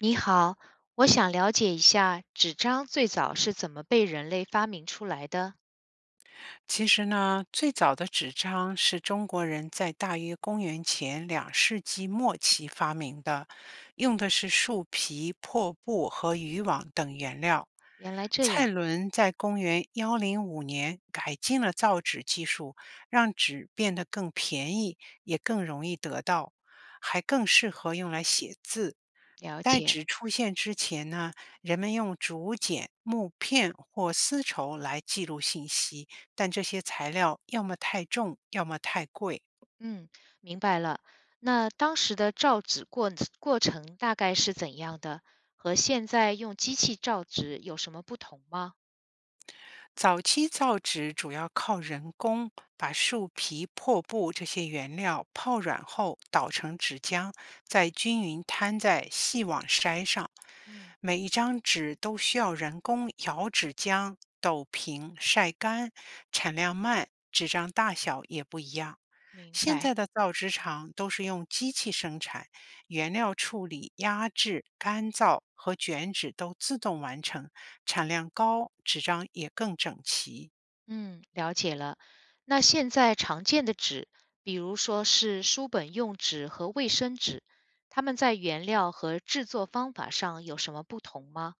你好，我想了解一下纸张最早是怎么被人类发明出来的。其实呢，最早的纸张是中国人在大约公元前2世纪末期发明的，用的是树皮、破布和渔网等原料。原来这蔡样，伦在公元105年改进了造纸技术，让纸变得更便宜，也更容易得到，还更适合用来写字。了代解。纸出现之前呢，人们用竹简、木片或丝绸来记录信息，但这些材料要么太重，要么太贵。嗯，明白了。那当时的造纸过程大概是怎样的？和现在用机器造纸有什么不同吗？早期造纸主要靠人工把树皮、破布这些原料泡软后捣成纸浆，再均匀摊在细网筛上。嗯，每一张纸都需要人工摇纸浆、抖平、晒干，产量慢，纸张大小也不一样。明现白。在的造纸厂都是用机器生产，原料处理、压制、干燥和卷纸都自动完成，产量高，纸张也更整齐。嗯，了解了。那现在常见的纸，比如说是书本用纸和卫生纸，它们在原料和制作方法上有什么不同吗？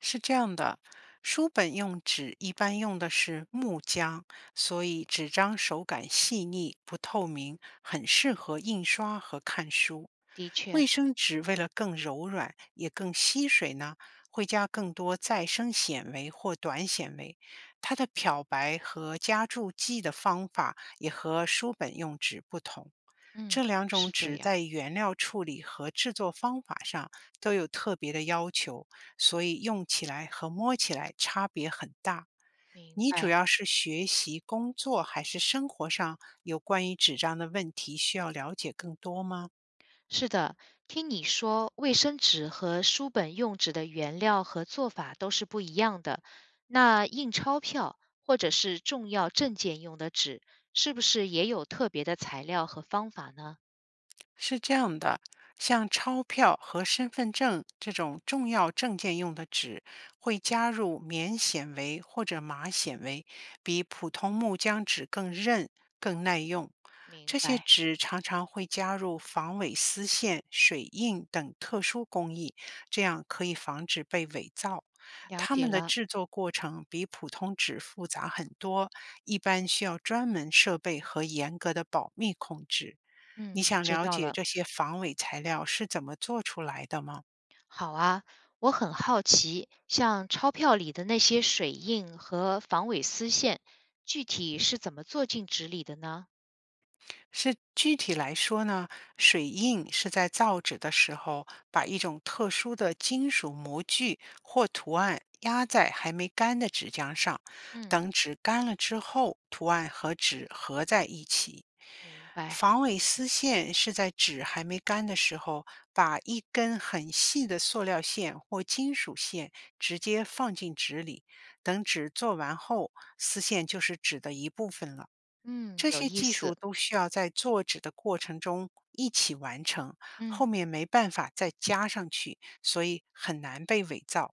是这样的，书本用纸一般用的是木浆，所以纸张手感细腻、不透明，很适合印刷和看书。的确。卫生纸为了更柔软，也更吸水呢，会加更多再生纤维或短纤维。它的漂白和加注剂的方法也和书本用纸不同。嗯，这两种是这纸样，在原料处理和制作方法上都有特别的要求，所以用起来和摸起来差别很大。明你主白。要是学习、工作还是生活上有关于纸张的问题需要了解更多吗？是的，听你说，卫生纸和书本用纸的原料和做法都是不一样的。那印钞票或者是重要证件用的纸，是不是也有特别的材料和方法呢？是这样的，像钞票和身份证这种重要证件用的纸，会加入棉纤维或者麻纤维，比普通木浆纸更韧、更耐用。明这些白，纸常常会加入防伪丝线、水印等特殊工艺，这样可以防止被伪造。了它解们的了。制作过程比普通纸复杂很多，一般需要专门设备和严格的保密控制。嗯，你我想知了道解了。这些防伪材料是怎么做出来的吗？好啊，我很好奇，像钞票里的那些水印和防伪丝线，具体是怎么做进纸里的呢？是具体来说呢，水印是在造纸的时候，把一种特殊的金属模具或图案压在还没干的纸浆上，嗯，等纸干了之后，图案和纸合在一起。明白。防伪丝线是在纸还没干的时候，把一根很细的塑料线或金属线直接放进纸里，等纸做完后，丝线就是纸的一部分了。嗯，这有些意技术思。都需要在做纸的过程中一起完成，嗯后面没办法再加上去，所以很难被伪造。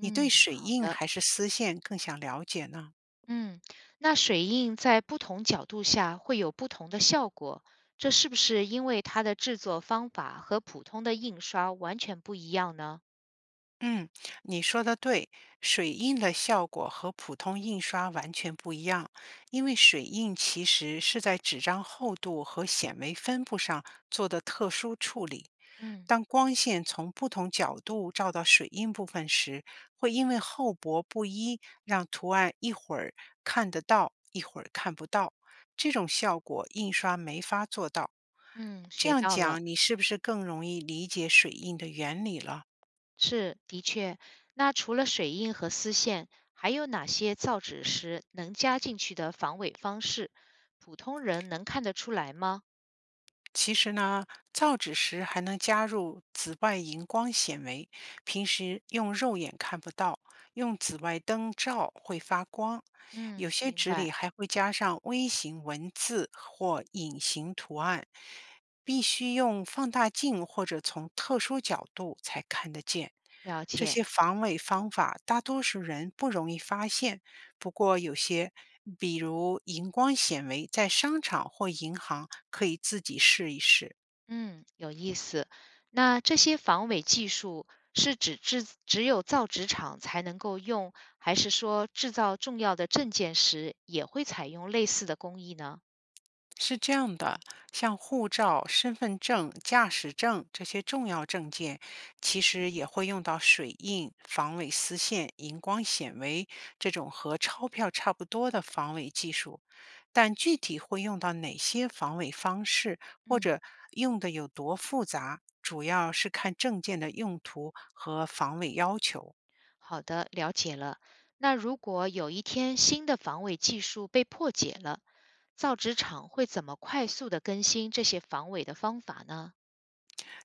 你对水好印的。还是丝线更想了解呢？嗯，那水印在不同角度下会有不同的效果，这是不是因为它的制作方法和普通的印刷完全不一样呢？嗯，你说的对，水印的效果和普通印刷完全不一样，因为水印其实是在纸张厚度和显微分布上做的特殊处理。嗯当光线从不同角度照到水印部分时，会因为厚薄不一，让图案一会儿看得到，一会儿看不到。这种效果印刷没法做到。嗯，这学样到了。讲，你是不是更容易理解水印的原理了？是，的确。那除了水印和丝线，还有哪些造纸时能加进去的防伪方式，普通人能看得出来吗？其实呢，造纸时还能加入紫外荧光纤维，平时用肉眼看不到，用紫外灯照会发光。有嗯，些明纸白，里还会加上微型文字或隐形图案，必须用放大镜或者从特殊角度才看得见。了这解。些防伪方法，大多数人不容易发现，不过有些，比如荧光显微，在商场或银行可以自己试一试。嗯，有意思。那这些防伪技术是指制只有造纸厂才能够用，还是说制造重要的证件时也会采用类似的工艺呢？是这样的，像护照、身份证、驾驶证这些重要证件，其实也会用到水印、防伪丝线、荧光显微这种和钞票差不多的防伪技术。但具体会用到哪些防伪方式，或嗯，者用的有多复杂，主要是看证件的用途和防伪要求。好的，了解了。那如果有一天新的防伪技术被破解了，造纸厂会怎么快速的更新这些防伪的方法呢？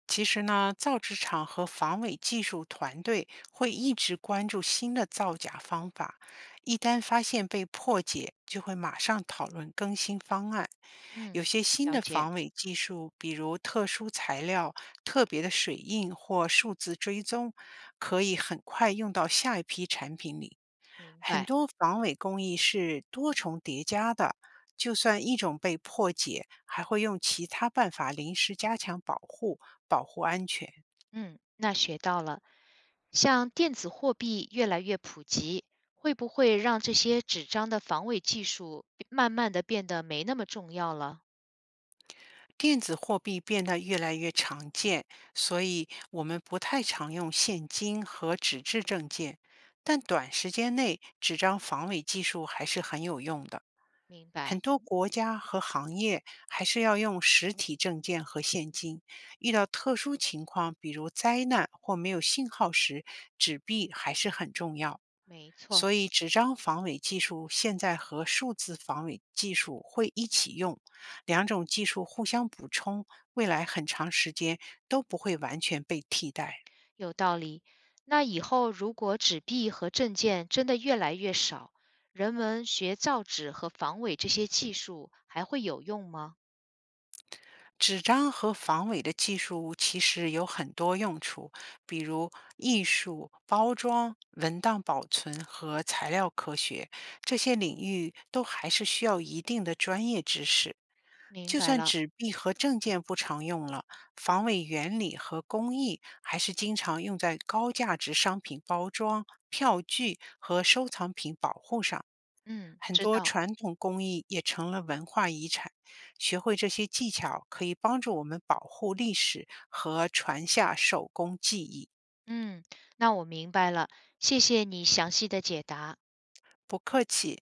其实呢，造纸厂和防伪技术团队会一直关注新的造假方法，一旦发现被破解，就会马上讨论更新方案。有嗯，些新了的解，防伪技术，比如特殊材料、特别的水印或数字追踪，可以很快用到下一批产品里。明很白。多防伪工艺是多重叠加的，就算一种被破解，还会用其他办法临时加强保护，保护安全。嗯，那学到了。像电子货币越来越普及，会不会让这些纸张的防伪技术慢慢的变得没那么重要了？电子货币变得越来越常见，所以我们不太常用现金和纸质证件。但短时间内，纸张防伪技术还是很有用的。明很白，多国家和行业还是要用实体证件和现金。遇到特殊情况，比如灾难或没有信号时，纸币还是很重要。没错，所以纸张防伪技术现在和数字防伪技术会一起用，两种技术互相补充，未来很长时间都不会完全被替代。有道理。那以后如果纸币和证件真的越来越少，人们学造纸和防伪这些技术还会有用吗？纸张和防伪的技术其实有很多用处，比如艺术、包装、文档保存和材料科学，这些领域都还是需要一定的专业知识。明就白算了，纸币和证件不常用了，防伪原理和工艺还是经常用在高价值商品包装、票据和收藏品保护上。嗯，很知多道，传统工艺也成了文化遗产。学会这些技巧，可以帮助我们保护历史和传下手工技艺。嗯，那我明白了，谢谢你详细的解答。不客气。